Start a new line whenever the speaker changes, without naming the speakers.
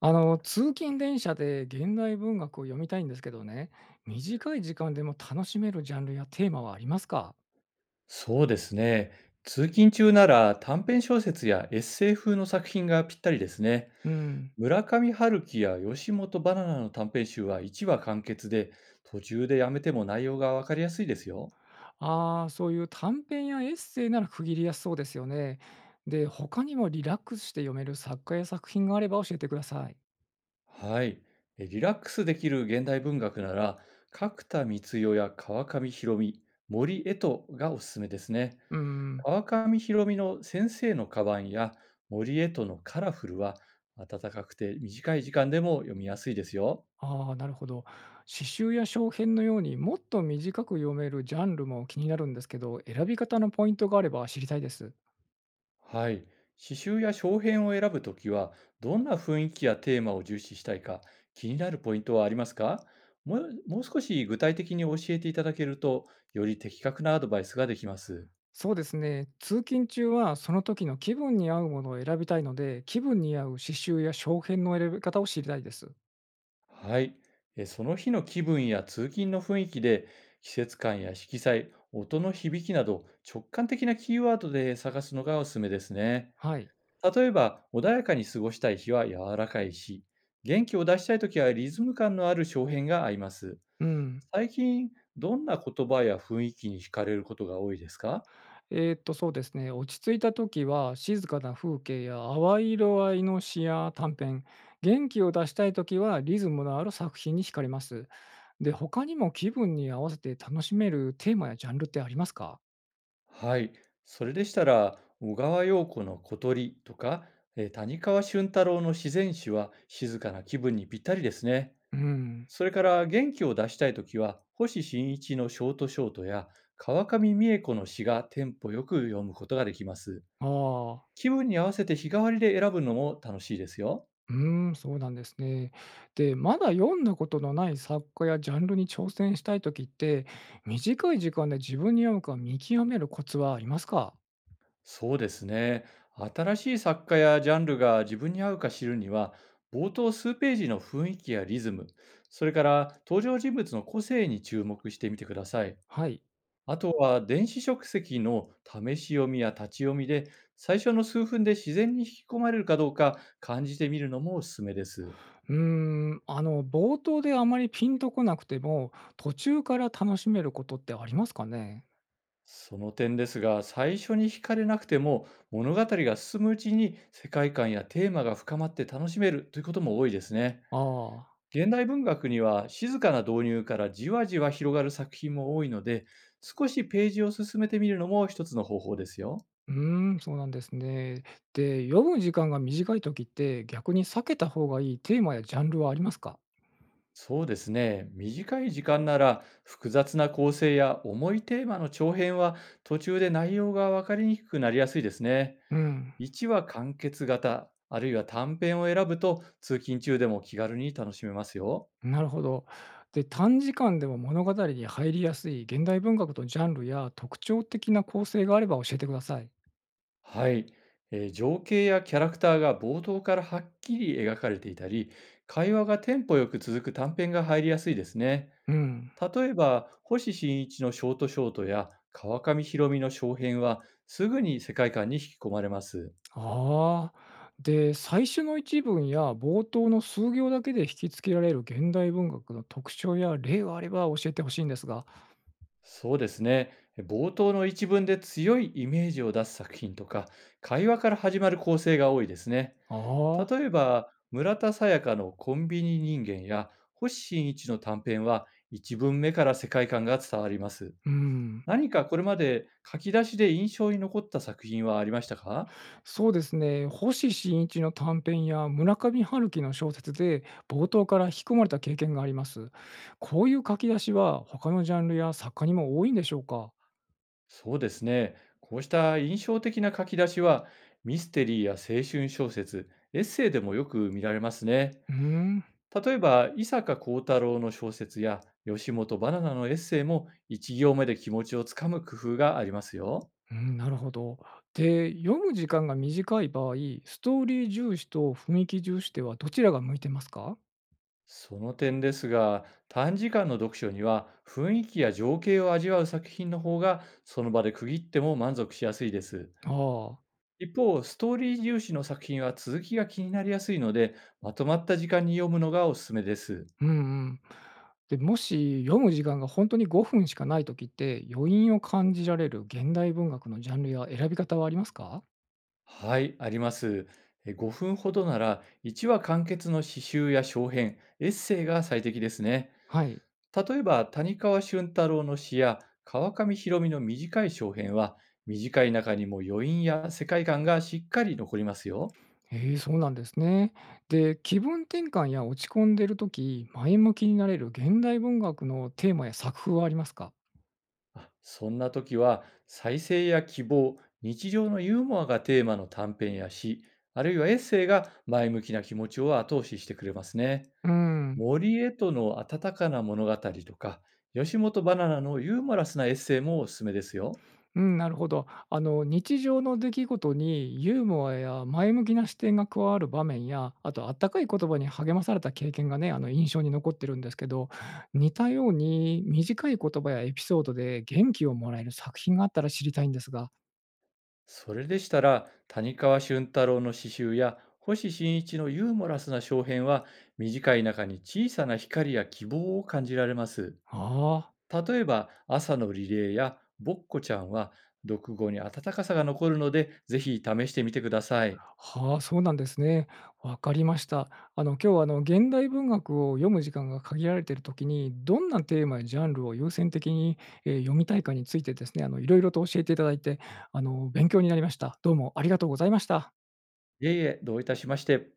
通勤電車で現代文学を読みたいんですけどね、短い時間でも楽しめるジャンルやテーマはありますか？
そうですね。通勤中なら短編小説やエッセイ風の作品がぴったりですね。
うん。
村上春樹や吉本バナナの短編集は1話完結で、途中でやめても内容がわかりやすいですよ。
ああ、そういう短編やエッセイなら区切りやすそうですよね。で、他にもリラックスして読める作家や作品があれば教えてください。
はい。リラックスできる現代文学なら、角田光代や川上博美、森絵都がおすすめですね。
うん。
川上博美の先生のカバンや森絵都のカラフルは、暖かくて短い時間でも読みやすいですよ。
ああ、なるほど。詩集や小編のようにもっと短く読めるジャンルも気になるんですけど、選び方のポイントがあれば知りたいです。
はい。刺繍や小編を選ぶときは、どんな雰囲気やテーマを重視したいか、気になるポイントはありますか？もう少し具体的に教えていただけると、より的確なアドバイスができます。
そうですね。通勤中はその時の気分に合うものを選びたいので、気分に合う刺繍や小片の選び方を知りたいです。
はい。その日の気分や通勤の雰囲気で、季節感や色彩、音の響きなど、直感的なキーワードで探すのがおすすめですね。
はい。
例えば、穏やかに過ごしたい日は柔らかいし、元気を出したいときはリズム感のある小編が合います。
うん。
最近、どんな言葉や雰囲気に惹かれることが多いですか？
そうですね。落ち着いた時は静かな風景や淡い色合いの詩や短編、元気を出したい時はリズムのある作品に惹かれます。で、他にも気分に合わせて楽しめるテーマやジャンルってありますか？
はい。それでしたら、小川陽子の小鳥とか、谷川俊太郎の自然史は静かな気分にぴったりですね。
うん。
それから、元気を出したいときは、星新一のショートショートや、川上美恵子の詩がテンポよく読むことができます。
ああ。
気分に合わせて日替わりで選ぶのも楽しいですよ。
うーん、そうなんですね。で、まだ読んだことのない作家やジャンルに挑戦したいときって、短い時間で自分に合うか見極めるコツはありますか？
そうですね。新しい作家やジャンルが自分に合うか知るには、冒頭数ページの雰囲気やリズム、それから登場人物の個性に注目してみてください。
はい。
あとは電子書籍の試し読みや立ち読みで、最初の数分で自然に引き込まれるかどうか感じてみるのもおすすめです。
うーん、冒頭であまりピンとこなくても、途中から楽しめることってありますかね？
その点ですが、最初に惹かれなくても、物語が進むうちに世界観やテーマが深まって楽しめるということも多いですね。
ああ、
現代文学には静かな導入からじわじわ広がる作品も多いので、少しページを進めてみるのも一つの方法ですよ。
うーん、そうなんですね。で、読む時間が短いときって、逆に避けた方がいいテーマやジャンルはありますか？
そうですね。短い時間なら複雑な構成や重いテーマの長編は途中で内容が分かりにくくなりやすいですね。
うん。
1話完結型、あるいは短編を選ぶと通勤中でも気軽に楽しめますよ。
なるほど。で、短時間でも物語に入りやすい現代文学のジャンルや特徴的な構成があれば教えてください。
はい、情景やキャラクターが冒頭からはっきり描かれていたり、会話がテンポよく続く短編が入りやすいですね。
うん。
例えば、星新一のショートショートや川上弘美の小編は、すぐに世界観に引き込まれます。
ああ。で、最初の一文や冒頭の数行だけで引きつけられる現代文学の特徴や例があれば教えてほしいんですが。
そうですね、冒頭の一文で強いイメージを出す作品とか、会話から始まる構成が多いですね。
ああ。
例えば、村田沙耶香のコンビニ人間や星新一の短編は一文目から世界観が伝わります。
うん、
何かこれまで書き出しで印象に残った作品はありましたか？
そうですね。星新一の短編や村上春樹の小説で冒頭から引き込まれた経験があります。こういう書き出しは他のジャンルや作家にも多いんでしょうか？
そうですね。こうした印象的な書き出しはミステリーや青春小説、エッセイでもよく見られますね。
うーん、
例えば、伊坂幸太郎の小説や吉本バナナのエッセイも一行目で気持ちをつかむ工夫がありますよ。
うん、なるほど。で、読む時間が短い場合、ストーリー重視と雰囲気重視ではどちらが向いてますか？
その点ですが、短時間の読書には雰囲気や情景を味わう作品の方がその場で区切っても満足しやすいです。
ああ、
一方、ストーリー重視の作品は続きが気になりやすいので、まとまった時間に読むのがおすすめです。
うんうん。で、もし読む時間が本当に5分しかない時って、余韻を感じられる現代文学のジャンルや選び方はありますか？
はい、あります。5分ほどなら1話完結の詩集や小編、エッセイが最適ですね。
はい。
例えば、谷川俊太郎の詩や川上弘美の短い小編は、短い中にも余韻や世界観がしっかり残りますよ。
ええ、そうなんですね。で、気分転換や落ち込んでる時前向きになれる現代文学のテーマや作風はありますか？
そんな時は、再生や希望、日常のユーモアがテーマの短編や詩、あるいはエッセイが前向きな気持ちを後押ししてくれますね。
うん。
森へとの温かな物語とか、吉本バナナのユーモラスなエッセイもおすすめですよ。
うん、なるほど。日常の出来事にユーモアや前向きな視点が加わる場面や、あとあったかい言葉に励まされた経験がね、印象に残ってるんですけど、似たように短い言葉やエピソードで元気をもらえる作品があったら知りたいんですが。
それでしたら、谷川俊太郎の詩集や星新一のユーモラスな小編は、短い中に小さな光や希望を感じられます。
ああ。
例えば、朝のリレーやぼっこちゃんは、読後に温かさが残るので、ぜひ試してみてください。
はあ、そうなんですね。わかりました。今日は現代文学を読む時間が限られているときに、どんなテーマやジャンルを優先的に、読みたいかについてですね、いろいろと教えていただいて、勉強になりました。どうもありがとうございました。
いえいえ、どういたしまして。